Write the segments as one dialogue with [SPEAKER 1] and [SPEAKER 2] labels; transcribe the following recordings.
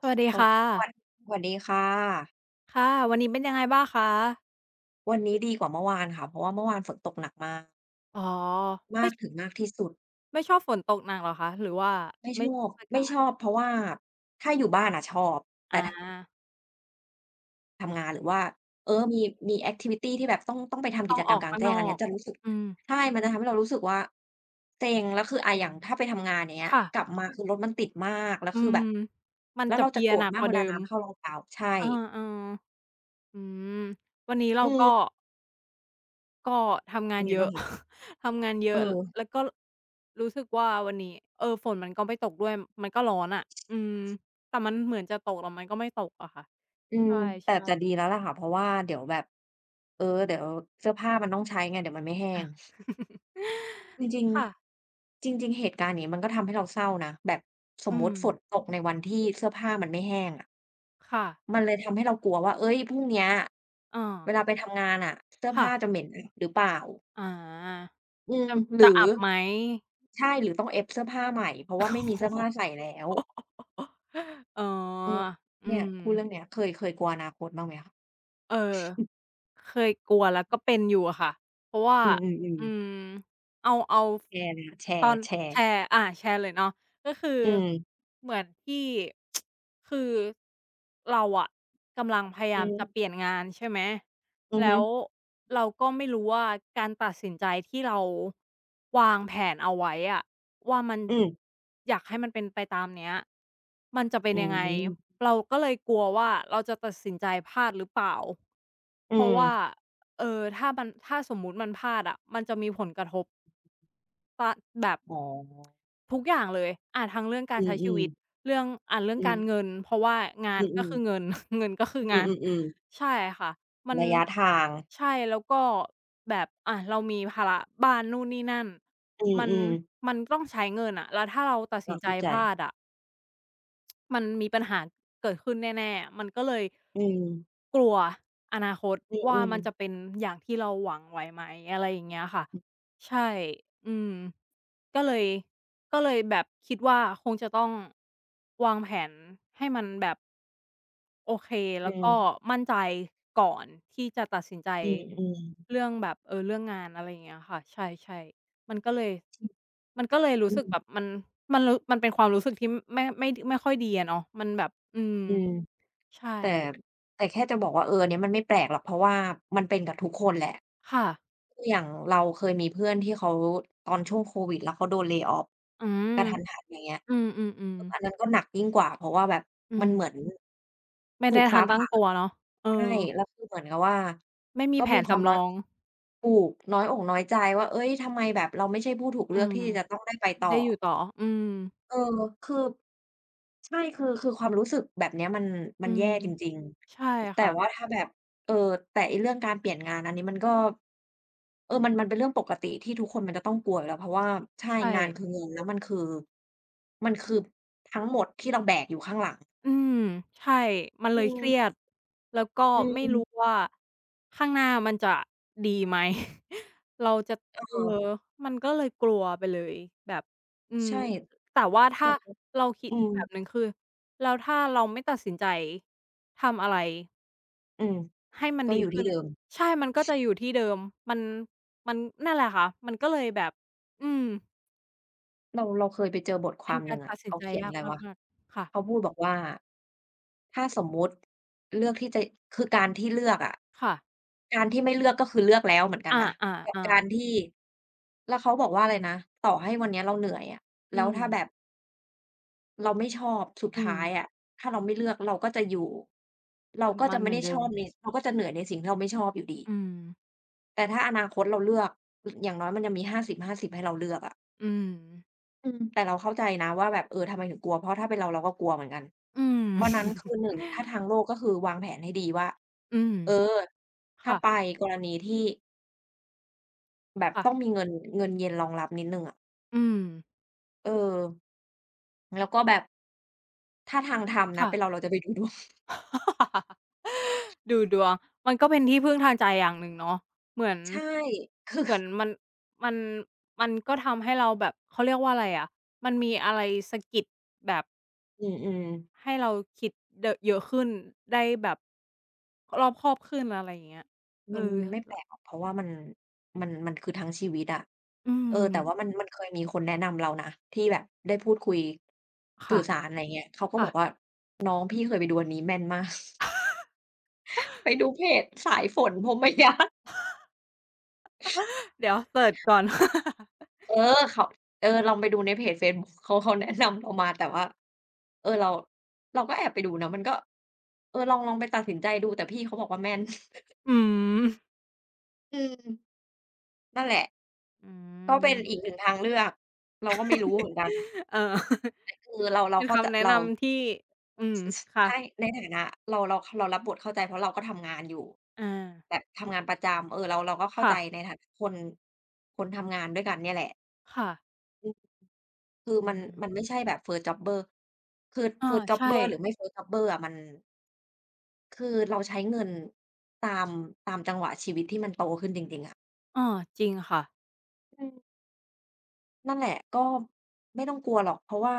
[SPEAKER 1] สวัสดี
[SPEAKER 2] สว
[SPEAKER 1] ค่ะ
[SPEAKER 2] สวัสสวัสดีค่ะ
[SPEAKER 1] ค่ะวันนี้เป็นยังไงบ้างคะ
[SPEAKER 2] วันนี้ดีกว่าเมื่อวานค่ะเพราะว่าเมื่อวานฝนตกหนักมาก
[SPEAKER 1] อ๋อ
[SPEAKER 2] มา
[SPEAKER 1] ไม่
[SPEAKER 2] กถึงมากที่สุด
[SPEAKER 1] ไม่ชอบฝนตกหนักเหรอคะหรือว่า
[SPEAKER 2] ไม่ช
[SPEAKER 1] ไม่
[SPEAKER 2] อ
[SPEAKER 1] ช
[SPEAKER 2] บ
[SPEAKER 1] อบอา
[SPEAKER 2] ไม่
[SPEAKER 1] กา
[SPEAKER 2] ช
[SPEAKER 1] ศ
[SPEAKER 2] อบเพราะว่าถ้าอยู่บ้านอะชอบแต่
[SPEAKER 1] อา
[SPEAKER 2] ถ้าทำงานหรือว่ามีมีแอกทิวิตีที่แบบต้องต้องไปทำกิ
[SPEAKER 1] ต้อง
[SPEAKER 2] จกร
[SPEAKER 1] อ
[SPEAKER 2] ร
[SPEAKER 1] อ
[SPEAKER 2] ม
[SPEAKER 1] ก
[SPEAKER 2] กลาง
[SPEAKER 1] ข้าง
[SPEAKER 2] แจ้
[SPEAKER 1] น
[SPEAKER 2] ง
[SPEAKER 1] อ
[SPEAKER 2] อันเนี้
[SPEAKER 1] ก
[SPEAKER 2] ยจะรู้สึก
[SPEAKER 1] อืม
[SPEAKER 2] ใช่มันจะทำให้เรารู้สึกว่าเซ็งแล้วคืออะ
[SPEAKER 1] เซ็
[SPEAKER 2] อ
[SPEAKER 1] น
[SPEAKER 2] ย่างถ้าไปทำงานอย่างเงี้ย
[SPEAKER 1] ค่ะ
[SPEAKER 2] กลับมาคือรถมันติดมากแล้ว
[SPEAKER 1] อื
[SPEAKER 2] คือแบ
[SPEAKER 1] ม
[SPEAKER 2] บ
[SPEAKER 1] มัน
[SPEAKER 2] แล้ว
[SPEAKER 1] จะ
[SPEAKER 2] เรา
[SPEAKER 1] เพ
[SPEAKER 2] จะ
[SPEAKER 1] ลี
[SPEAKER 2] โก
[SPEAKER 1] ย
[SPEAKER 2] ร
[SPEAKER 1] ห
[SPEAKER 2] ธ
[SPEAKER 1] นัก
[SPEAKER 2] มา
[SPEAKER 1] ก
[SPEAKER 2] กเว
[SPEAKER 1] ว่าเดิ
[SPEAKER 2] ลา
[SPEAKER 1] ม
[SPEAKER 2] น้ำเข้ารองเท้าใช่
[SPEAKER 1] เออๆอืมวันนี้เรา
[SPEAKER 2] อืม
[SPEAKER 1] ก็ก็ทำงา
[SPEAKER 2] เป็น
[SPEAKER 1] น
[SPEAKER 2] ไง
[SPEAKER 1] เย
[SPEAKER 2] บ้า
[SPEAKER 1] อะ
[SPEAKER 2] งคะ
[SPEAKER 1] ทำงานเย
[SPEAKER 2] เอ
[SPEAKER 1] อะ
[SPEAKER 2] อ
[SPEAKER 1] แล้วก็รู้สึกว่าวันนี้ฝนมันก็ไม่ตกด้วยมันก็ร้อนอะอืมแต่มันเหมือนจะตกแต่มันก็ไม่ตกอะค่ะ
[SPEAKER 2] อื
[SPEAKER 1] ใ
[SPEAKER 2] มแต่
[SPEAKER 1] ช่
[SPEAKER 2] แต่ดี
[SPEAKER 1] ๆ
[SPEAKER 2] แล้วแหละค่ะเพราะว่าเดี๋ยวแบบเดี๋ยวเสื้อผ้ามันต้องใช้ไงเดี๋ยวมันไม่แห้
[SPEAKER 1] อะ
[SPEAKER 2] ง จริง
[SPEAKER 1] ค่ะ
[SPEAKER 2] ๆจริงๆเหตุการณ์นี้มันก็ทำให้เราเศร้านะแบบสม
[SPEAKER 1] อื
[SPEAKER 2] มุ
[SPEAKER 1] ม
[SPEAKER 2] ติฝนตกในวันที่เสื้อผ้ามันไม่แห้งอะ
[SPEAKER 1] ค่ะ
[SPEAKER 2] มันเลยทำให้เรากลัวว่าเฮ้ยพรุ่งเนี้ย
[SPEAKER 1] เออ
[SPEAKER 2] เวลาไปทำงานน่ะเสื้อ
[SPEAKER 1] ค่ะ
[SPEAKER 2] ผ้าจะเหม็นหรือเปล่า
[SPEAKER 1] อา
[SPEAKER 2] อืม
[SPEAKER 1] จะ
[SPEAKER 2] ห
[SPEAKER 1] จะ
[SPEAKER 2] รือ
[SPEAKER 1] อับไหม
[SPEAKER 2] ใช่หรือต้องเอฟเสื้อผ้าใหม่เพราะ
[SPEAKER 1] โอ
[SPEAKER 2] ว่าไม่มีเสื้อ
[SPEAKER 1] โฮ
[SPEAKER 2] ผ้าใส่แล้ว
[SPEAKER 1] อ๋อ
[SPEAKER 2] อืม
[SPEAKER 1] อื
[SPEAKER 2] เนี่ยพูดเรื่อง
[SPEAKER 1] ม
[SPEAKER 2] เนี้ยเคยเคยกลัวอนาคตบ้างไหมคะ
[SPEAKER 1] เออเคยกลัวแล้วก็เป็นอยู่อะค่ะ เพราะว่า
[SPEAKER 2] อือๆ
[SPEAKER 1] อื
[SPEAKER 2] ๆ
[SPEAKER 1] มเอา
[SPEAKER 2] แชร์เลยค่ะแช
[SPEAKER 1] ตอ
[SPEAKER 2] ร์
[SPEAKER 1] น
[SPEAKER 2] แช
[SPEAKER 1] แช
[SPEAKER 2] ร์
[SPEAKER 1] ร์แชร์เลยเนาะก็คือ
[SPEAKER 2] อืม
[SPEAKER 1] เหมือนที่ คือเราอะกำลังพยา
[SPEAKER 2] อื
[SPEAKER 1] ยา
[SPEAKER 2] อ
[SPEAKER 1] มจะเป
[SPEAKER 2] ฮึ
[SPEAKER 1] ลี่ยนงานใช่ไหม
[SPEAKER 2] อือฮึ
[SPEAKER 1] แล้วเราก็ไม่รู้ว่าการตัดสินใจที่เราวางแผนเอาไว้อะว่ามัน
[SPEAKER 2] อืม
[SPEAKER 1] อยากให้มันเป็นไปตามเนี้ยมันจะเป็น
[SPEAKER 2] อื
[SPEAKER 1] ยังไง
[SPEAKER 2] ม
[SPEAKER 1] เราก็เลยกลัวว่าเราจะตัดสินใจพลาดหรือเปล่า
[SPEAKER 2] อื
[SPEAKER 1] เพราะ
[SPEAKER 2] ม
[SPEAKER 1] ว่าถ้ามันถ้าสมมุติมันพลาดอะมันจะมีผลกระทบ ตะแบบ
[SPEAKER 2] อ๋อ
[SPEAKER 1] ทุกอย่างเลยทั้งเรื่องกา
[SPEAKER 2] อื
[SPEAKER 1] รใช้ชี
[SPEAKER 2] ม
[SPEAKER 1] วิต
[SPEAKER 2] ๆ
[SPEAKER 1] เรื่องเรื่อง
[SPEAKER 2] อื
[SPEAKER 1] กา
[SPEAKER 2] ม
[SPEAKER 1] รเงินเพราะว่างา
[SPEAKER 2] อื
[SPEAKER 1] น
[SPEAKER 2] มอื
[SPEAKER 1] ก็
[SPEAKER 2] ม
[SPEAKER 1] คือ
[SPEAKER 2] ๆ
[SPEAKER 1] เงิน เงินก็คือ
[SPEAKER 2] อื
[SPEAKER 1] งาน
[SPEAKER 2] อๆๆ
[SPEAKER 1] ใช่ค่ะมัน
[SPEAKER 2] ระยะทาง
[SPEAKER 1] ใช่แล้วก็แบบเรามีภาระบ้านนู่นนี่นั่นมัน
[SPEAKER 2] อืมๆ
[SPEAKER 1] มันต้องใช้เงินอะแล้วถ้าเราตัดสิ
[SPEAKER 2] เรา
[SPEAKER 1] นใจ
[SPEAKER 2] เข้าใจ
[SPEAKER 1] พลาดอะ มันมีปัญหาเกิดขึ้นแน่ๆ มันก็เลย
[SPEAKER 2] อืม
[SPEAKER 1] กลัวอนาคต
[SPEAKER 2] อื
[SPEAKER 1] ว่า
[SPEAKER 2] ม
[SPEAKER 1] มันจะเป็
[SPEAKER 2] ๆ
[SPEAKER 1] นอย่างที่เราหวังไว้ไหมอะไรอย่างเงี้ยค่ะใช่ อืม ก็เลยก็เลยแบบคิดว่าคงจะต้องวางแผนให้มันแบบโอเค
[SPEAKER 2] อื
[SPEAKER 1] แล้ว
[SPEAKER 2] ม
[SPEAKER 1] ก็มั่นใจก่อนที่จะตัดสินใจ
[SPEAKER 2] อืม อืม
[SPEAKER 1] เรื่องแบบเรื่องงานอะไรอย่างเงี้ยค่ะใช่ๆมันก็เลย มันก็เลยรู้
[SPEAKER 2] อื
[SPEAKER 1] สึก
[SPEAKER 2] ม
[SPEAKER 1] แบบมันมันรู้มันเป็นความรู้สึกที่ไม่ไม่ค่อยดีอะเนาะมันแบบอืม
[SPEAKER 2] อืม
[SPEAKER 1] ใช่
[SPEAKER 2] แต่แต่แค่จะบอกว่าอันเนี้ยมันไม่แปลกหรอกเพราะว่ามันเป็นกับทุกคนแหละ
[SPEAKER 1] ค่ะ
[SPEAKER 2] ออย่างเราเคยมีเพื่อนที่เขาตอนช่วงโควิดแล้วเขาโดน lay off
[SPEAKER 1] อืม
[SPEAKER 2] กระทันหันอย่างเงี้ย
[SPEAKER 1] อืมๆ
[SPEAKER 2] อันนั้
[SPEAKER 1] ๆ
[SPEAKER 2] นก็หนักยิ่งกว่าเพราะว่าแบบ
[SPEAKER 1] อื
[SPEAKER 2] มัน
[SPEAKER 1] ม
[SPEAKER 2] เหมือน
[SPEAKER 1] ไม่
[SPEAKER 2] ถู
[SPEAKER 1] ได้
[SPEAKER 2] ก
[SPEAKER 1] ทั
[SPEAKER 2] ฟ้า
[SPEAKER 1] นตั้ง
[SPEAKER 2] ผ่า
[SPEAKER 1] ตัวเนาะเออ
[SPEAKER 2] ใช่แล้วคือเหมือนกับว่า
[SPEAKER 1] ไม่มี
[SPEAKER 2] ก็
[SPEAKER 1] แผ
[SPEAKER 2] มี
[SPEAKER 1] น
[SPEAKER 2] ความ
[SPEAKER 1] สำร
[SPEAKER 2] น้อย
[SPEAKER 1] อง
[SPEAKER 2] ถูกน้อยอกน้อยใจว่าเฮ้ยทำไมแบบเราไม่ใช่ผู้ถูก
[SPEAKER 1] อื
[SPEAKER 2] เลือก
[SPEAKER 1] ม
[SPEAKER 2] ที่จะต้องได้ไปต่อ
[SPEAKER 1] ได้อยู่ต่ออืม
[SPEAKER 2] เออคือใช่คือคือความรู้สึกแบบเนี้ยมัน
[SPEAKER 1] อื
[SPEAKER 2] มันแย่
[SPEAKER 1] ม
[SPEAKER 2] จริง
[SPEAKER 1] ใช่
[SPEAKER 2] ๆแต่ว่า
[SPEAKER 1] ค่ะ
[SPEAKER 2] ถ้าแบบเออแต่ไอ้เรื่องการเปลี่ยนงานอันนี้มันก็มันมันเป็นเรื่องปกติที่ทุกคนมันจะต้องกลัวอยู่แล้วเพราะว่าใช่
[SPEAKER 1] ใช่
[SPEAKER 2] งานคือเงินแล้วมันคือมันคือทั้งหมดที่เราแบกอยู่ข้างหลัง
[SPEAKER 1] อืมใช่ มัน
[SPEAKER 2] อื
[SPEAKER 1] เลยเครีย
[SPEAKER 2] ม
[SPEAKER 1] ดแล้วก็
[SPEAKER 2] อื
[SPEAKER 1] ไม่รู้
[SPEAKER 2] ม
[SPEAKER 1] ว่าข้างหน้ามันจะดีไหม เราจะเออ
[SPEAKER 2] ค่ะ
[SPEAKER 1] มันก็เลยกลัวไปเลยแบบอืม
[SPEAKER 2] ใช่
[SPEAKER 1] แต่ว่าถ้า
[SPEAKER 2] แต่
[SPEAKER 1] เราคิด
[SPEAKER 2] อื
[SPEAKER 1] อีก
[SPEAKER 2] ม
[SPEAKER 1] แบบหนึ่งคือแล้วถ้าเราไม่ตัดสินใจทำอะไร
[SPEAKER 2] อืม
[SPEAKER 1] ให้มัน
[SPEAKER 2] ก็
[SPEAKER 1] ดี
[SPEAKER 2] อยู่ที่
[SPEAKER 1] ขึ้น
[SPEAKER 2] เดิม
[SPEAKER 1] ใช่มันก็จะอยู่ที่เดิมมันมันนั่นแหละค่ะมันก็เลยแบบอืม
[SPEAKER 2] เราเราเคยไปเจอบทค
[SPEAKER 1] เป็
[SPEAKER 2] วา
[SPEAKER 1] น
[SPEAKER 2] มห
[SPEAKER 1] กา
[SPEAKER 2] นึ่
[SPEAKER 1] ร
[SPEAKER 2] งอะ
[SPEAKER 1] ตัดสิน
[SPEAKER 2] เขา
[SPEAKER 1] ใจ
[SPEAKER 2] เขียน
[SPEAKER 1] ยา
[SPEAKER 2] อะ
[SPEAKER 1] ก
[SPEAKER 2] ไรวะ
[SPEAKER 1] มากๆค่ะ
[SPEAKER 2] เขาพูดบอกว่าถ้าสมมุติเลือกที่จะคือการที่เลือกอะ
[SPEAKER 1] ค่ะ
[SPEAKER 2] การที่ไม่เลือกก็คือเลือกแล้วเหมือนกัน
[SPEAKER 1] อา
[SPEAKER 2] นะ
[SPEAKER 1] อ่า
[SPEAKER 2] กับ
[SPEAKER 1] อา
[SPEAKER 2] การที่แล้วเขาบอกว่าอะไรนะต่อให้วันเนี้ยเราเหนื่อยอะ
[SPEAKER 1] อื
[SPEAKER 2] แล้วถ้าแบบ
[SPEAKER 1] ม
[SPEAKER 2] เราไม่ชอบสุด
[SPEAKER 1] อื
[SPEAKER 2] ท้าย
[SPEAKER 1] ม
[SPEAKER 2] อะถ้าเราไม่เลือกเราก็จะอยู่เรา
[SPEAKER 1] แบบ
[SPEAKER 2] ก็
[SPEAKER 1] มั
[SPEAKER 2] จะ
[SPEAKER 1] นเห
[SPEAKER 2] ไม่
[SPEAKER 1] มือ
[SPEAKER 2] ได้
[SPEAKER 1] น
[SPEAKER 2] ช
[SPEAKER 1] เดิ
[SPEAKER 2] อ
[SPEAKER 1] ม
[SPEAKER 2] บในเราก็จะเหนื่อยในสิ่งที่เราไม่ชอบอยู่ดี
[SPEAKER 1] อืม
[SPEAKER 2] แต่ถ้าอนาคตเราเลือกออย่างน้อยมันยังมี5 0ิบห้าสิบให้เราเลือกอะ
[SPEAKER 1] อืม
[SPEAKER 2] อืมแต่เราเข้าใจนะว่าแบบทำไมถึงกลัวเพราะถ้าเป็นเราเราก็กลัวเหมือนกัน
[SPEAKER 1] อืม
[SPEAKER 2] เพราะนั้นคือหนึ่ งถ้าทางโลกก็คือวางแผนให้ดีว่า
[SPEAKER 1] อืม
[SPEAKER 2] เออถ้า
[SPEAKER 1] ค่ะ
[SPEAKER 2] ไปกรณีที่แบบ
[SPEAKER 1] ค่ะ
[SPEAKER 2] ต้องมีเงินเงินเย็นรองรับนิดหนึ่งอะ
[SPEAKER 1] อืม
[SPEAKER 2] เออแล้วก็แบบถ้าทางธรรมนะ
[SPEAKER 1] ค่ะ
[SPEAKER 2] เป็นเราเราจะไปดูดวง
[SPEAKER 1] ดูดวงมันก็เป็นที่พึ่งทางใจอย่างหนึ่งเนาะเหมือน
[SPEAKER 2] ใช่
[SPEAKER 1] เหมือนมันมันมันก็ทำให้เราแบบเขาเรียกว่าอะไรอะ มันมีอะไรสะกิดแบบ
[SPEAKER 2] อืมๆ
[SPEAKER 1] ให้เราคิดเดอะเยอะขึ้นได้แบบรอบคอบขึ้นอะไรอย่างเงี้ยเอ
[SPEAKER 2] มัน
[SPEAKER 1] อ
[SPEAKER 2] มันไม่แปลกหรอกเพราะว่ามันมันมันคือทั้งชีวิตอะ
[SPEAKER 1] อืม
[SPEAKER 2] แต่ว่ามันมมันเคยมีคนแนะนำเรานะที่แบบได้พูดคุยสื่อ
[SPEAKER 1] ค่ะ
[SPEAKER 2] สารอะไรเงี้ยเขาก็บ
[SPEAKER 1] ค่ะ
[SPEAKER 2] อกว่าน้องพี่เคยไปดูอันนี้แม่นมาก ไปดูเพจสายฝนพรหมยาน
[SPEAKER 1] เดี๋ยวเซิร์ชก่อน
[SPEAKER 2] เออเขาลองไปดูในเพจเฟซบุ๊กเขาเขาแนะนำเรามาแต่ว่าเราเราก็แอบไปดูนะมันก็ลองลองไปตัดสินใจดูแต่พี่เขาบอกว่าแม่น
[SPEAKER 1] อืม
[SPEAKER 2] อืม นั่นแหละ
[SPEAKER 1] อื
[SPEAKER 2] ก็เป็นอีก
[SPEAKER 1] ม
[SPEAKER 2] หนึ่งทางเลือกเราก็ไม่รู้เหมือนกัน
[SPEAKER 1] เออ
[SPEAKER 2] คือเราเรา
[SPEAKER 1] เป็น
[SPEAKER 2] เข้าใจ
[SPEAKER 1] คำแนะ
[SPEAKER 2] เรา
[SPEAKER 1] นำที่อืม
[SPEAKER 2] สส
[SPEAKER 1] ค่ะ
[SPEAKER 2] ใช่ในฐานะเราเราเรารับบทเข้าใจเพราะเราก็ทำงานอยู่
[SPEAKER 1] อา
[SPEAKER 2] แบบทำงานประจำเราเราก็เข้า
[SPEAKER 1] ค่ะ
[SPEAKER 2] ใจในฐานะคนคนทำงานด้วยกันเนี่ยแหละ
[SPEAKER 1] ค่ะ
[SPEAKER 2] อือคือ
[SPEAKER 1] อื
[SPEAKER 2] มัน
[SPEAKER 1] ม
[SPEAKER 2] มันไม่ใช่แบบ First jobber คือ
[SPEAKER 1] อา
[SPEAKER 2] First
[SPEAKER 1] ใช่
[SPEAKER 2] jobber หรือไม่ First jobber อะมันคือเราใช้เงินตามตามจังหวะชีวิตที่มันโตขึ้นจริงๆอะ
[SPEAKER 1] อาจริงค่ะ
[SPEAKER 2] อืมนั่นแหละก็ไม่ต้องกลัวหรอกเพราะว่า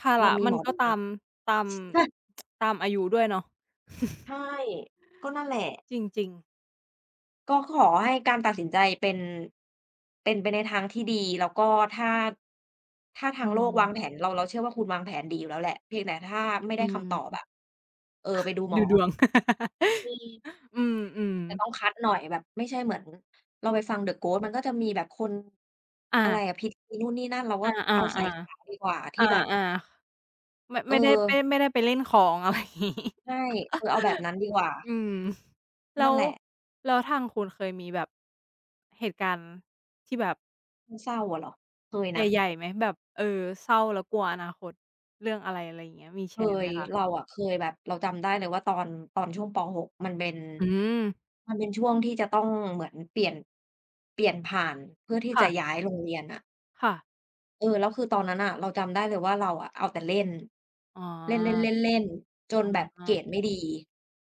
[SPEAKER 1] ภา
[SPEAKER 2] เรา
[SPEAKER 1] ระ
[SPEAKER 2] มี
[SPEAKER 1] มั
[SPEAKER 2] หม
[SPEAKER 1] น
[SPEAKER 2] อ
[SPEAKER 1] ก็
[SPEAKER 2] ดู
[SPEAKER 1] ตามตามตามอายุด้วยเนาะ
[SPEAKER 2] ใช่ก็นั่นแหละ
[SPEAKER 1] จริงๆ
[SPEAKER 2] ก็ขอให้การตัดสินใจเป็นไปในทางที่ดีแล้วก็ถ้าถ้า
[SPEAKER 1] อื
[SPEAKER 2] ทางโลกวางแผน
[SPEAKER 1] ม
[SPEAKER 2] เราเชื่อว่าคุณวางแผนดีอยู่แล้วแหละเพียงแต่ถ้าไม่
[SPEAKER 1] อื
[SPEAKER 2] ได้คำตอบ
[SPEAKER 1] ม
[SPEAKER 2] อะไปดูหมอ
[SPEAKER 1] ดูดวง
[SPEAKER 2] อืม
[SPEAKER 1] อืมอืม
[SPEAKER 2] แต่ต้องคัดหน่อยแบบไม่ใช่เหมือนเราไปฟัง The Ghost มันก็จะมีแบบคน
[SPEAKER 1] อา
[SPEAKER 2] อะไรอะพิธีนู่นนี่นั่นเราก็
[SPEAKER 1] อา
[SPEAKER 2] เอาสาย
[SPEAKER 1] ๆ
[SPEAKER 2] ขาวดีกว่า
[SPEAKER 1] ๆ
[SPEAKER 2] ที่
[SPEAKER 1] อา
[SPEAKER 2] แบบ
[SPEAKER 1] ๆไม่
[SPEAKER 2] เออ
[SPEAKER 1] ไม่ได้ไม่ได้ไปเล่นของ อะไรอย่างงี้
[SPEAKER 2] ใช่เอาแบบนั้นดีกว่า
[SPEAKER 1] อืม แล้
[SPEAKER 2] นั่น
[SPEAKER 1] ว
[SPEAKER 2] แหละ
[SPEAKER 1] แล้วทางคุณเคยมีแบบเหตุการณ์ที่แบบ
[SPEAKER 2] มันเศร้าอะเหรอเคยนะ
[SPEAKER 1] ใหญ่ๆไหมแบบเออเศร้าแล้วกลัวอนาคตเรื่องอะไรอะไรอย่างเงี้ยมี
[SPEAKER 2] เค
[SPEAKER 1] แชร์ไหม
[SPEAKER 2] ยเรา
[SPEAKER 1] คะ
[SPEAKER 2] อะเคยแบบเราจำได้เลยว่าตอนช่วงปป.6มันเป็น
[SPEAKER 1] อืม
[SPEAKER 2] มันเป็นช่วงที่จะต้องเหมือนเปลี่ยนผ่านเพื่อที่
[SPEAKER 1] ค่ะ
[SPEAKER 2] จะย้ายโรงเรียนอะ
[SPEAKER 1] ค่ะ
[SPEAKER 2] แล้วคือตอนนั้นน่ะเราจำได้เลยว่าเราอะเอาแต่เล่น
[SPEAKER 1] อ๋อ
[SPEAKER 2] เล่นๆๆๆจน
[SPEAKER 1] อะ
[SPEAKER 2] แบบ
[SPEAKER 1] ฮะ
[SPEAKER 2] เกรดไม่ดี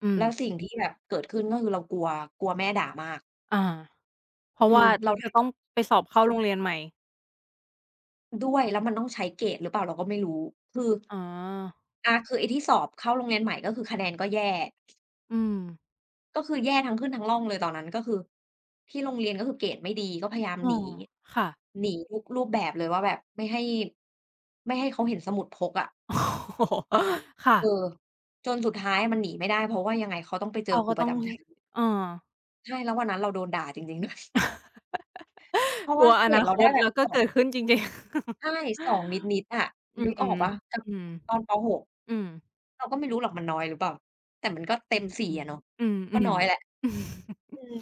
[SPEAKER 1] อื
[SPEAKER 2] แล้ว
[SPEAKER 1] ม
[SPEAKER 2] สิ่งที่แบบเกิดขึ้นก็คือเรากลัวกลัวแม่ด่ามาก
[SPEAKER 1] อาเพราะว่า
[SPEAKER 2] เราท
[SPEAKER 1] จะต้องไปสอบเข้าโรงเรียนใหม่
[SPEAKER 2] ำด้วยแล้วมันต้องใช้เกรดหรือเปล่าเราก็ไม่รู้คือ
[SPEAKER 1] อ๋อ
[SPEAKER 2] คือไอ้ที่สอบเข้าโรงเรียนใหม่ก็คือคะแนนก็แย่
[SPEAKER 1] อืม
[SPEAKER 2] ก็คือแย่ทั้งขึ้นทั้งร่องเลยตอนนั้นก็คือที่โรงเรียนก็คือเกรดไม่ดีก็พยายาม
[SPEAKER 1] เออ
[SPEAKER 2] หนี
[SPEAKER 1] ค่ะ
[SPEAKER 2] หนีทุกรูปแบบเลยว่าแบบไม่ให้เขาเห็นสมุดพกอะ
[SPEAKER 1] โอ้โฮค่ะ
[SPEAKER 2] เออจนสุดท้ายมันหนีไม่ได้เพราะว่ายังไงเขาต้องไปเจอ
[SPEAKER 1] เขา
[SPEAKER 2] ครู
[SPEAKER 1] ก็
[SPEAKER 2] ประ
[SPEAKER 1] ต้อง
[SPEAKER 2] จำชั้
[SPEAKER 1] ให้
[SPEAKER 2] น
[SPEAKER 1] เออ
[SPEAKER 2] ใช่แล้ววันนั้นเราโดนด่าจริงๆด้วย เพราะ
[SPEAKER 1] ก
[SPEAKER 2] ว่า
[SPEAKER 1] ลัว
[SPEAKER 2] เก
[SPEAKER 1] อ
[SPEAKER 2] ร
[SPEAKER 1] นา
[SPEAKER 2] ดเรา
[SPEAKER 1] ค
[SPEAKER 2] ได้
[SPEAKER 1] ต
[SPEAKER 2] แบบ
[SPEAKER 1] แล้วก็
[SPEAKER 2] 2
[SPEAKER 1] เกิดขึ้นจริง
[SPEAKER 2] ใช่2นิดๆอะ
[SPEAKER 1] ๆอื
[SPEAKER 2] นึกออ
[SPEAKER 1] ม
[SPEAKER 2] กเปล่ากั
[SPEAKER 1] อื
[SPEAKER 2] บ
[SPEAKER 1] ม
[SPEAKER 2] ตอนป.6
[SPEAKER 1] อืม
[SPEAKER 2] เราก็ไม่รู้หรอกมันน้อยหรือเปล่าแต่มันก็
[SPEAKER 1] อื
[SPEAKER 2] เต็ม
[SPEAKER 1] ม
[SPEAKER 2] สี่อะเนาะ
[SPEAKER 1] ๆอื
[SPEAKER 2] ก็น้
[SPEAKER 1] ม
[SPEAKER 2] อยแหละอื ม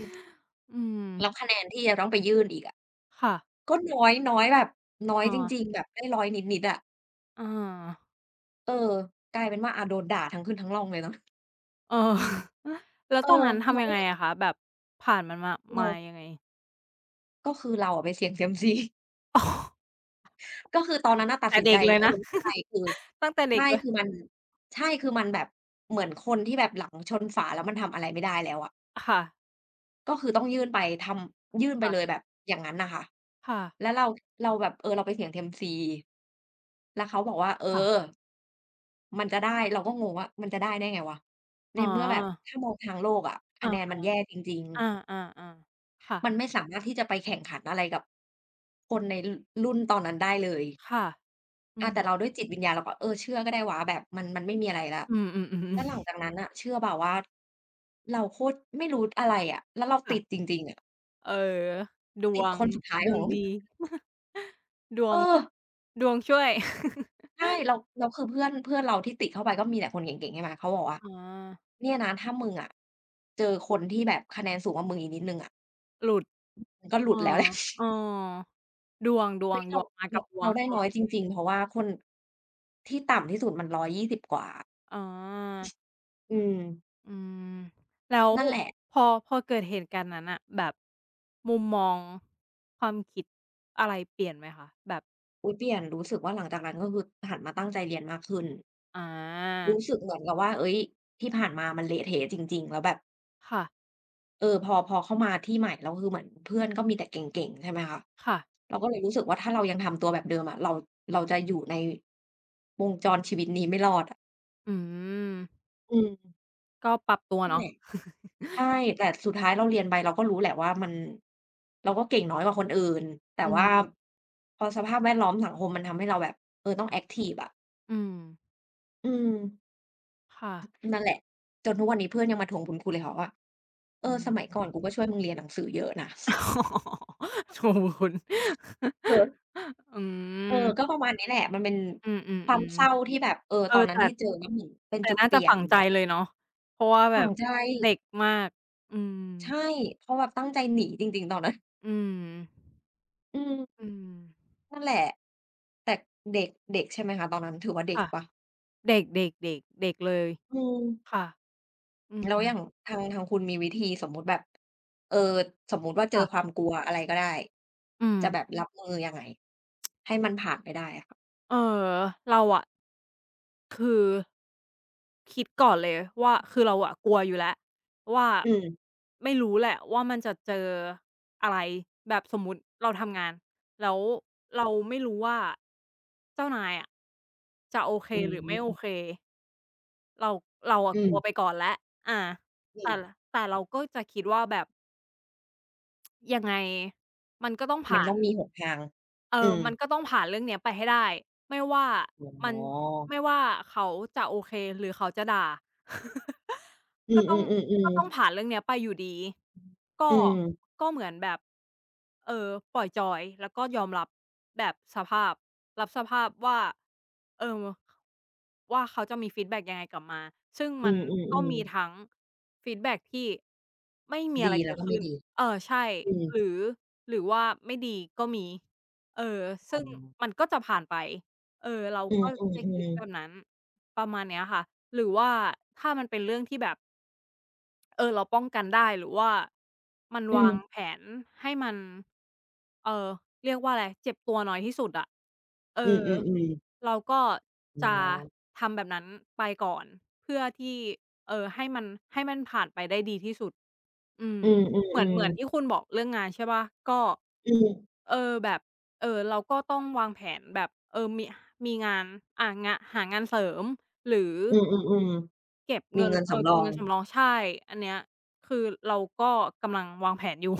[SPEAKER 1] ๆอืม
[SPEAKER 2] แล้วคะแนนที่จะต้องไปยื่นอีกอะ
[SPEAKER 1] ค่ะ
[SPEAKER 2] ก็น้อยน้อยแบบน้อยจ
[SPEAKER 1] เออ
[SPEAKER 2] ริงๆแบบได้รอยนิดๆอะ
[SPEAKER 1] เออ
[SPEAKER 2] เออกลายเป็นว่าโดนด่าทั้งขึ้นทั้งร่องเลยเนาะ
[SPEAKER 1] เออ แล้ว
[SPEAKER 2] เออ
[SPEAKER 1] ตอนนั้น
[SPEAKER 2] เรา
[SPEAKER 1] ทำยั
[SPEAKER 2] ก็
[SPEAKER 1] งไง
[SPEAKER 2] เลย
[SPEAKER 1] อะคะแบบผ่านมันมามา
[SPEAKER 2] เรา
[SPEAKER 1] ยังไง
[SPEAKER 2] ก็คือเราอะไปเสี่ยงเซียมซี
[SPEAKER 1] อ๋อ
[SPEAKER 2] ก็คือตอนนั้นน่ะตัด
[SPEAKER 1] แต่
[SPEAKER 2] สินใจ
[SPEAKER 1] เด็กเลยนะ
[SPEAKER 2] ไม่เป็นไรคือ
[SPEAKER 1] ตั้งแต่เด็
[SPEAKER 2] ใช่
[SPEAKER 1] กเลย
[SPEAKER 2] คือมันใช่คือมันแบบเหมือนคนที่แบบหลังชนฝาแล้วมันทำอะไรไม่ได้แล้วอะ
[SPEAKER 1] ค่ะ
[SPEAKER 2] ก็คือต้องยื่นไปทำยื่นไปเลย
[SPEAKER 1] ค่ะ
[SPEAKER 2] แบบอย่างงั้นน่ะค่ะ
[SPEAKER 1] ค่ะ
[SPEAKER 2] แล้วเราแบบเราไปเสี่ยงเซียมซีแล้วเขาบอกว่า
[SPEAKER 1] ค่ะ
[SPEAKER 2] มันจะได้เราก็งงว่ามันจะได้ได้ไงวะใน
[SPEAKER 1] อ๋อ
[SPEAKER 2] เมื่อแบบถ้ามองทางโลกอะคะ
[SPEAKER 1] อ
[SPEAKER 2] แนนมั
[SPEAKER 1] า
[SPEAKER 2] นแย่จริงๆ
[SPEAKER 1] อาๆๆค่ะ
[SPEAKER 2] มันไม่สามารถที่จะไปแข่งขันอะไรกับคนในรรุ่นตอนนั้นได้เลย
[SPEAKER 1] ค่ะอืม
[SPEAKER 2] แต่เราด้วยจิตวิญญาณเราก็เชื่อก็ได้วะแบบมันไม่มีอะไรแล้ว
[SPEAKER 1] อืม
[SPEAKER 2] แล้วหลัง
[SPEAKER 1] ๆ
[SPEAKER 2] จากนั้นน่ะเชื่อเปล่าว่าเราโคตรไม่รู้อะไรอะแล้ว
[SPEAKER 1] ๆ
[SPEAKER 2] เรา
[SPEAKER 1] ๆ
[SPEAKER 2] ติ
[SPEAKER 1] ค่ะ
[SPEAKER 2] ดจริงๆอะ
[SPEAKER 1] เออด
[SPEAKER 2] ติ
[SPEAKER 1] ว
[SPEAKER 2] ดค
[SPEAKER 1] ง
[SPEAKER 2] นสุดท้าย
[SPEAKER 1] ด
[SPEAKER 2] ข
[SPEAKER 1] วง
[SPEAKER 2] อง
[SPEAKER 1] ดี ดว
[SPEAKER 2] เอ
[SPEAKER 1] ง
[SPEAKER 2] อ
[SPEAKER 1] ดวงช่วย
[SPEAKER 2] ใช่เราคือเพื่อนเพื่อนเราที่ติดเข้าไปก็มีแต่คนเก่งๆใช่ไหมเขาบอกว่า
[SPEAKER 1] อ๋อ
[SPEAKER 2] เนี่ยนะถ้ามึงอะเจอคนที่แบบคะแนนสูงกว่ามึงอีกนิดหนึ่งอะ
[SPEAKER 1] หลุด
[SPEAKER 2] มึงก็ห
[SPEAKER 1] เอ
[SPEAKER 2] ลุ
[SPEAKER 1] อ
[SPEAKER 2] ดแล้วแหละ
[SPEAKER 1] เอ อดวงดว
[SPEAKER 2] เฮ้
[SPEAKER 1] ง
[SPEAKER 2] ย
[SPEAKER 1] ด
[SPEAKER 2] เรา
[SPEAKER 1] วงมากั
[SPEAKER 2] เรา
[SPEAKER 1] บดว
[SPEAKER 2] เรา
[SPEAKER 1] ง
[SPEAKER 2] ได้
[SPEAKER 1] โอ
[SPEAKER 2] น้อย
[SPEAKER 1] เค
[SPEAKER 2] จริงๆเพราะว่าคนที่ต่ำที่สุดมัน120กว่า
[SPEAKER 1] อ๋อ
[SPEAKER 2] อืม
[SPEAKER 1] อืมแล้ว
[SPEAKER 2] นั่นแหละ
[SPEAKER 1] พอพอเกิดเหตุการณ์นั้นน่ะแบบมุมมองความคิดอะไรเปลี่ยนไหมคะแบบ
[SPEAKER 2] อุ๊ยเปลี่ยนรู้สึกว่าหลังจากนั้นก็คือหันมาตั้งใจเรียนมากขึ้น
[SPEAKER 1] อา
[SPEAKER 2] รู้สึกเหมือนกับว่าเฮ้ยที่ผ่านมามันเละเทะจริงๆแล้วแบบ
[SPEAKER 1] ค่ะ
[SPEAKER 2] พอเข้ามาที่ใหม่แล้วคือเหมือนเพื่อนก็มีแต่เก่งๆใช่ไหมคะ
[SPEAKER 1] ค่ะ
[SPEAKER 2] เราก็เลยรู้สึกว่าถ้าเรายังทำตัวแบบเดิมอะเราจะอยู่ในวงจรชีวิตนี้ไม่รอดอะ
[SPEAKER 1] อืม
[SPEAKER 2] อืม
[SPEAKER 1] ก็ปรับตัว
[SPEAKER 2] นั่นแห
[SPEAKER 1] เนาะ
[SPEAKER 2] ละ ใช่แต่สุดท้ายเราเรียนไปเราก็รู้แหละว่ามันเราก็เก่งน้อยกว่าคนอื่นแต่
[SPEAKER 1] อื
[SPEAKER 2] ว่า
[SPEAKER 1] ม
[SPEAKER 2] พอสภาพแวดล้อมสังคมมันทำให้เราแบบต้องแอ็กทิฟอะ
[SPEAKER 1] อืม
[SPEAKER 2] อืม
[SPEAKER 1] ค่ะ
[SPEAKER 2] นั่นแหละจนทุกวันนี้เพื่อนยังมาทวงบุญคุณเลยค่ะว่า
[SPEAKER 1] อื
[SPEAKER 2] สมัย
[SPEAKER 1] ม
[SPEAKER 2] ก่อนกูก็ช่วยมึงเรียนหนังสือเยอะนะ
[SPEAKER 1] อ๋อโถคุณ
[SPEAKER 2] เออ
[SPEAKER 1] อืม
[SPEAKER 2] ก็ประมาณนี้แหละมันเป็น
[SPEAKER 1] อื
[SPEAKER 2] ความ
[SPEAKER 1] อ
[SPEAKER 2] เศร้า
[SPEAKER 1] ๆ
[SPEAKER 2] ที่แบบ
[SPEAKER 1] ๆเออ
[SPEAKER 2] ตอนนั้น
[SPEAKER 1] แต่
[SPEAKER 2] ที่เจอแล้วเหมือนเป็น
[SPEAKER 1] แต่
[SPEAKER 2] จุด
[SPEAKER 1] น่า
[SPEAKER 2] เป
[SPEAKER 1] จะ
[SPEAKER 2] ลี่ยน
[SPEAKER 1] ฝังใจเลยเนาะเพราะว่าแบ
[SPEAKER 2] ฝัง
[SPEAKER 1] บ
[SPEAKER 2] ใจ
[SPEAKER 1] เด็กมากอืม
[SPEAKER 2] ใช่เพราะแบบตั้งใจหนีจริงๆตอนนั้น
[SPEAKER 1] อืม
[SPEAKER 2] อื
[SPEAKER 1] อื
[SPEAKER 2] ม
[SPEAKER 1] ม
[SPEAKER 2] นั่นแหละแต่เด็กเด็กใช่ไหมคะตอนนั้นถือว่าเด็ก
[SPEAKER 1] ค่ะ
[SPEAKER 2] เปล่า
[SPEAKER 1] เด็กๆๆเด็กเด็กเลย
[SPEAKER 2] อืม
[SPEAKER 1] ค่ะอื
[SPEAKER 2] แล้ว
[SPEAKER 1] ม
[SPEAKER 2] อย่างทางคุณมีวิธีสมมุติแบบเออสมมุติว่าเจอควา
[SPEAKER 1] ค่ะ
[SPEAKER 2] มกลัวอะไรก็ได้
[SPEAKER 1] อืม
[SPEAKER 2] จะแบบรับมือยังไงให้มันผ่านไปได้อะค่ะ
[SPEAKER 1] เอ่อเราอะคือคิดก่อนเลยว่าคือเราอะกลัวอยู่แล้วว่า
[SPEAKER 2] อืม
[SPEAKER 1] ไม่รู้แหละว่ามันจะเจออะไรแบบสมมุติเราทำงานแล้วเราไม่รู้ว่าเจ้านายอะจะโอเค
[SPEAKER 2] อื
[SPEAKER 1] หรือไม่โอ
[SPEAKER 2] ม
[SPEAKER 1] เค เราเราอะ
[SPEAKER 2] อื
[SPEAKER 1] กลัวไป
[SPEAKER 2] ม
[SPEAKER 1] ก่อนแล้วอา
[SPEAKER 2] อื
[SPEAKER 1] แต่
[SPEAKER 2] ม
[SPEAKER 1] แต่เราก็จะคิดว่าแบบยังไงมันก็ต้อง
[SPEAKER 2] มัน
[SPEAKER 1] ผ่า
[SPEAKER 2] ต้
[SPEAKER 1] น
[SPEAKER 2] องมีหนทาง
[SPEAKER 1] เออ
[SPEAKER 2] อืม
[SPEAKER 1] มันก็ต้องผ่านเรื่องเนี้ยไปให้ได้ไม่ว่ามั
[SPEAKER 2] อ๋
[SPEAKER 1] น
[SPEAKER 2] อ
[SPEAKER 1] ไม่ว่าเขาจะโอเคหรือเขาจะด่า
[SPEAKER 2] อื
[SPEAKER 1] ก็ต้องก็
[SPEAKER 2] ม
[SPEAKER 1] ต้อง
[SPEAKER 2] ๆๆๆ
[SPEAKER 1] ผ่านเรื่องเนี้ยไปอยู่ดี ก็
[SPEAKER 2] อืม
[SPEAKER 1] ก็เหมือนแบบเอ่อปล่อยจอยแล้วก็ยอมรับแบบสภาพรับสภาพว่าเอ่อว่าเขาจะมีฟีดแบ็กยังไงกลับมาซึ่ง
[SPEAKER 2] อื
[SPEAKER 1] มันก็
[SPEAKER 2] อ
[SPEAKER 1] มี
[SPEAKER 2] ๆๆ
[SPEAKER 1] ทั้งฟีดแบ็กที่ไม่มีอะ
[SPEAKER 2] ดี
[SPEAKER 1] ไร
[SPEAKER 2] แล้
[SPEAKER 1] เกิ
[SPEAKER 2] ว
[SPEAKER 1] ด
[SPEAKER 2] ก็ไม่
[SPEAKER 1] ขึ้น
[SPEAKER 2] ดี
[SPEAKER 1] เออใช่
[SPEAKER 2] อืม
[SPEAKER 1] หรือหรือว่าไม่ดีก็มี เออ
[SPEAKER 2] อ๋อ
[SPEAKER 1] ซึ่งมันก็จะผ่านไปเออเรา
[SPEAKER 2] อื
[SPEAKER 1] ก็จะคิ
[SPEAKER 2] ม
[SPEAKER 1] ดแบ
[SPEAKER 2] ๆ
[SPEAKER 1] บ
[SPEAKER 2] ๆ
[SPEAKER 1] นั้นประมาณเนี้ยค่ะหรือว่าถ้ามันเป็นเรื่องที่แบบเออเราป้องกันได้ หรือว่ามัน
[SPEAKER 2] อื
[SPEAKER 1] วาง
[SPEAKER 2] ม
[SPEAKER 1] แผนให้มันเอ่อเรียกว่าอะไรเจ็บตัวน้อยที่สุดอะเออ
[SPEAKER 2] อืมๆๆ
[SPEAKER 1] เราก็
[SPEAKER 2] อ๋อ
[SPEAKER 1] จะทำแบบนั้นไปก่อนเพื่อที่เอ่อให้มันให้มันผ่านไปได้ดีที่สุด อืม
[SPEAKER 2] อื
[SPEAKER 1] เหมือน
[SPEAKER 2] ม
[SPEAKER 1] เหมือนที่
[SPEAKER 2] ๆๆ
[SPEAKER 1] คุณบอกเรื่องงานใช่เปล่าก็
[SPEAKER 2] อืม
[SPEAKER 1] เออแบบเออเราก็ต้องวางแผนแบบเออมีงานงะหางานเสริมหรือ
[SPEAKER 2] อืมๆ
[SPEAKER 1] เก็บ
[SPEAKER 2] ๆมี
[SPEAKER 1] เงิน
[SPEAKER 2] เงิน
[SPEAKER 1] เออ
[SPEAKER 2] สำร
[SPEAKER 1] เก็บ
[SPEAKER 2] อง
[SPEAKER 1] เงินสำรองใช่อันเนี้ยคือเราก็กำลังวางแผนอยู่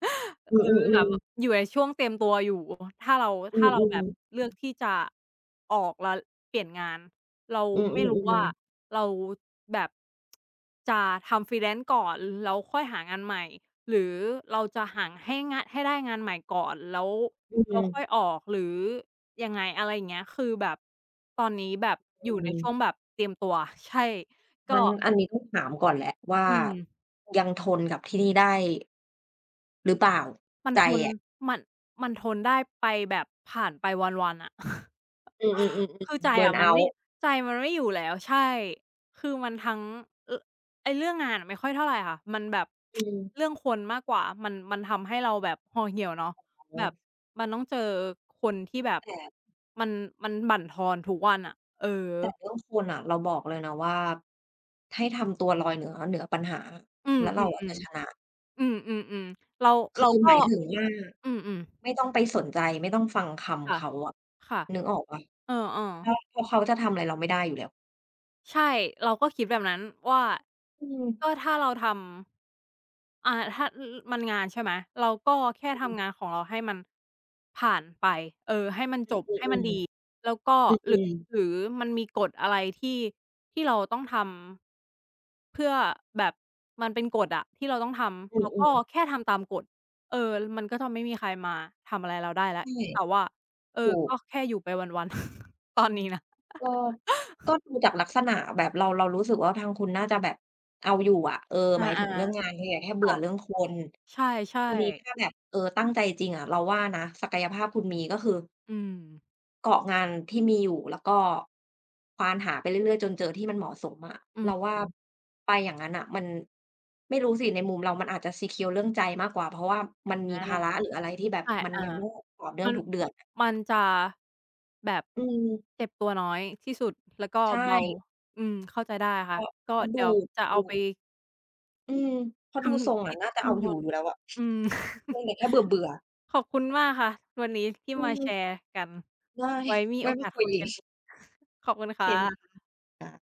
[SPEAKER 2] อื
[SPEAKER 1] เออแบบ
[SPEAKER 2] อๆๆ
[SPEAKER 1] อยู่ในช่วงเตรียมตัวอยู่ถ้าเรา
[SPEAKER 2] อื
[SPEAKER 1] ถ้าเราแบ
[SPEAKER 2] อ
[SPEAKER 1] บ
[SPEAKER 2] ๆ
[SPEAKER 1] เลือกที่จะออกแล้วเปลี่ยนงานเรา
[SPEAKER 2] อื
[SPEAKER 1] ไม่รู้ว่า
[SPEAKER 2] อๆๆ
[SPEAKER 1] เราแบบจะทำ freelance ก่อนแล้วค่อยหางานใหม่หรือเราจะหาให้งานให้ได้งานใหม่ก่อนแล้ว
[SPEAKER 2] อืมอื
[SPEAKER 1] เราค่อยออกหรือยังไงอะไรอย่างเงี้ยคือแบบตอนนี้แบบอยู่ใน
[SPEAKER 2] ม
[SPEAKER 1] ช่วงแบบเตรียมตัวใช่ ก็
[SPEAKER 2] งั้นอันนี้ต้องถามก่อนแหละว่า
[SPEAKER 1] อืม
[SPEAKER 2] ยังทนกับที่นี่ได้หรือเปล่า
[SPEAKER 1] มัน
[SPEAKER 2] ใจ
[SPEAKER 1] ทน
[SPEAKER 2] อะ
[SPEAKER 1] มันมันทนได้ไปแบบผ่านไปวันๆอะ
[SPEAKER 2] อือๆๆ
[SPEAKER 1] คือใจ
[SPEAKER 2] ๆเบิร์น
[SPEAKER 1] อะมัน
[SPEAKER 2] เอา
[SPEAKER 1] ไม่
[SPEAKER 2] ต์
[SPEAKER 1] ใจมันไม่อยู่แล้วใช่คือมันทั้งเอ่อไอ้เรื่องงานอะไม่ค่อยเท่าไรค่ะมันแบบ
[SPEAKER 2] อืม
[SPEAKER 1] เรื่องคนมากกว่ามันทำให้เราแบบห่อเหี่ยวเนาะ
[SPEAKER 2] อ๋อ
[SPEAKER 1] แบบมันต้องเจอคนที่แบบ
[SPEAKER 2] แต่
[SPEAKER 1] มันมันบั่นทอนทุกวันอะเออ
[SPEAKER 2] เรื่องคนอะเราบอกเลยนะว่าให้ทำตัวลอยเหนือปัญหา
[SPEAKER 1] อืม
[SPEAKER 2] แล้วเราอะจะช
[SPEAKER 1] ๆ
[SPEAKER 2] นะ
[SPEAKER 1] ๆอืมๆๆเรา
[SPEAKER 2] คื
[SPEAKER 1] เรา
[SPEAKER 2] อห
[SPEAKER 1] ก็
[SPEAKER 2] มายถึงว่า
[SPEAKER 1] อืมๆ
[SPEAKER 2] ไม่ต้องไปสนใจไม่ต้องฟังคำ
[SPEAKER 1] ค่ะ
[SPEAKER 2] เขาอะ
[SPEAKER 1] ค่ะ
[SPEAKER 2] นึกออกเปล่า
[SPEAKER 1] เออๆ
[SPEAKER 2] เพราะเขาจะทำอะไรเราไม่ได้อยู่แล้ว
[SPEAKER 1] ใช่เราก็คิดแบบนั้นว่า
[SPEAKER 2] อืม
[SPEAKER 1] ก็ถ้าเราทำอ่าถ้าอมันงานใช่ไหมเราก็แค่ทำงานของเราให้มันผ่านไปเออให้มันจบ
[SPEAKER 2] อือ
[SPEAKER 1] ให้มันดี
[SPEAKER 2] ๆ
[SPEAKER 1] แล้วก็
[SPEAKER 2] อ
[SPEAKER 1] ห
[SPEAKER 2] ื
[SPEAKER 1] รือ
[SPEAKER 2] อๆ
[SPEAKER 1] หรือมันมีกฎอะไรที่ที่เราต้องทำเพื่อแบบมันเป็นกฎอะที่เราต้องทำเรา
[SPEAKER 2] อือ
[SPEAKER 1] ก็แค่ทำตามกฎเออมันก็จะไม่มีใครมาทำอะไรเราได้
[SPEAKER 2] ๆ
[SPEAKER 1] แล้ว
[SPEAKER 2] ใช่
[SPEAKER 1] แต่ว่าเออ
[SPEAKER 2] ถูก
[SPEAKER 1] ก็แค่อยู่ไปวันๆ ตอนนี้นะ
[SPEAKER 2] ก็ก็ดูจากลักษณะแบบเรารู้สึกว่าทางคุณน่าจะแบบเอาอยู่อะ
[SPEAKER 1] อ
[SPEAKER 2] หมายถึงเรื่อง
[SPEAKER 1] า
[SPEAKER 2] งานคุณอย่าแค่
[SPEAKER 1] ๆ
[SPEAKER 2] เบื่อเรื่
[SPEAKER 1] ค่ะ
[SPEAKER 2] องคน
[SPEAKER 1] ใช่
[SPEAKER 2] ทีนี้ถ้า
[SPEAKER 1] ๆ
[SPEAKER 2] แบบตั้งใจจริงอะเราว่านะศักยภาพคุณมีก็คือ
[SPEAKER 1] อืม
[SPEAKER 2] เกาะงานที่มีอยู่แล้วก็ควานหาไปเรื่อยๆจนเจอที่มันเหมาะสมอะ
[SPEAKER 1] อื
[SPEAKER 2] เรา
[SPEAKER 1] ม
[SPEAKER 2] ว่าไปอย่างงั้นน่ะมันไม่รู้สิในมุมเรามันอาจจะ secure เรื่องใจมากกว่าเพราะว่ามันมีภา
[SPEAKER 1] อา
[SPEAKER 2] ระหรืออะไรที่แบบ
[SPEAKER 1] ใช่
[SPEAKER 2] มัน
[SPEAKER 1] อา
[SPEAKER 2] ยังต้องต่อเนื่อง
[SPEAKER 1] มัน
[SPEAKER 2] ทุกเดือนอะ
[SPEAKER 1] จะแบบ
[SPEAKER 2] อืม
[SPEAKER 1] เจ็บตัวน้อยที่สุดแล้วก็
[SPEAKER 2] ใช่
[SPEAKER 1] เบาอืมเข้าใจได้
[SPEAKER 2] พ
[SPEAKER 1] ค่ะ
[SPEAKER 2] อ
[SPEAKER 1] ก็
[SPEAKER 2] พอ
[SPEAKER 1] เดี๋
[SPEAKER 2] ดู
[SPEAKER 1] ยวจะ
[SPEAKER 2] ดู
[SPEAKER 1] เอาไป
[SPEAKER 2] อืมเพราะ
[SPEAKER 1] ค
[SPEAKER 2] ดูทรง
[SPEAKER 1] ำ
[SPEAKER 2] อะ
[SPEAKER 1] คิด
[SPEAKER 2] น่าจะเอา
[SPEAKER 1] คำน
[SPEAKER 2] อยู่
[SPEAKER 1] วณ
[SPEAKER 2] อยู่แล้วอะ
[SPEAKER 1] อืม
[SPEAKER 2] เพียงแต่ แค่เบื่อๆ
[SPEAKER 1] ขอบคุณมากค่ะวันนี้ที่
[SPEAKER 2] อื
[SPEAKER 1] มา
[SPEAKER 2] ม
[SPEAKER 1] แชร์กัน
[SPEAKER 2] ได้
[SPEAKER 1] ไว้มี
[SPEAKER 2] ไว้
[SPEAKER 1] โอ
[SPEAKER 2] มา
[SPEAKER 1] กาส
[SPEAKER 2] คุย
[SPEAKER 1] คุย
[SPEAKER 2] อี
[SPEAKER 1] กัน
[SPEAKER 2] ก
[SPEAKER 1] อีก ขอบคุณ
[SPEAKER 2] โอ
[SPEAKER 1] ค
[SPEAKER 2] เค
[SPEAKER 1] ่ะ
[SPEAKER 2] ค่ะ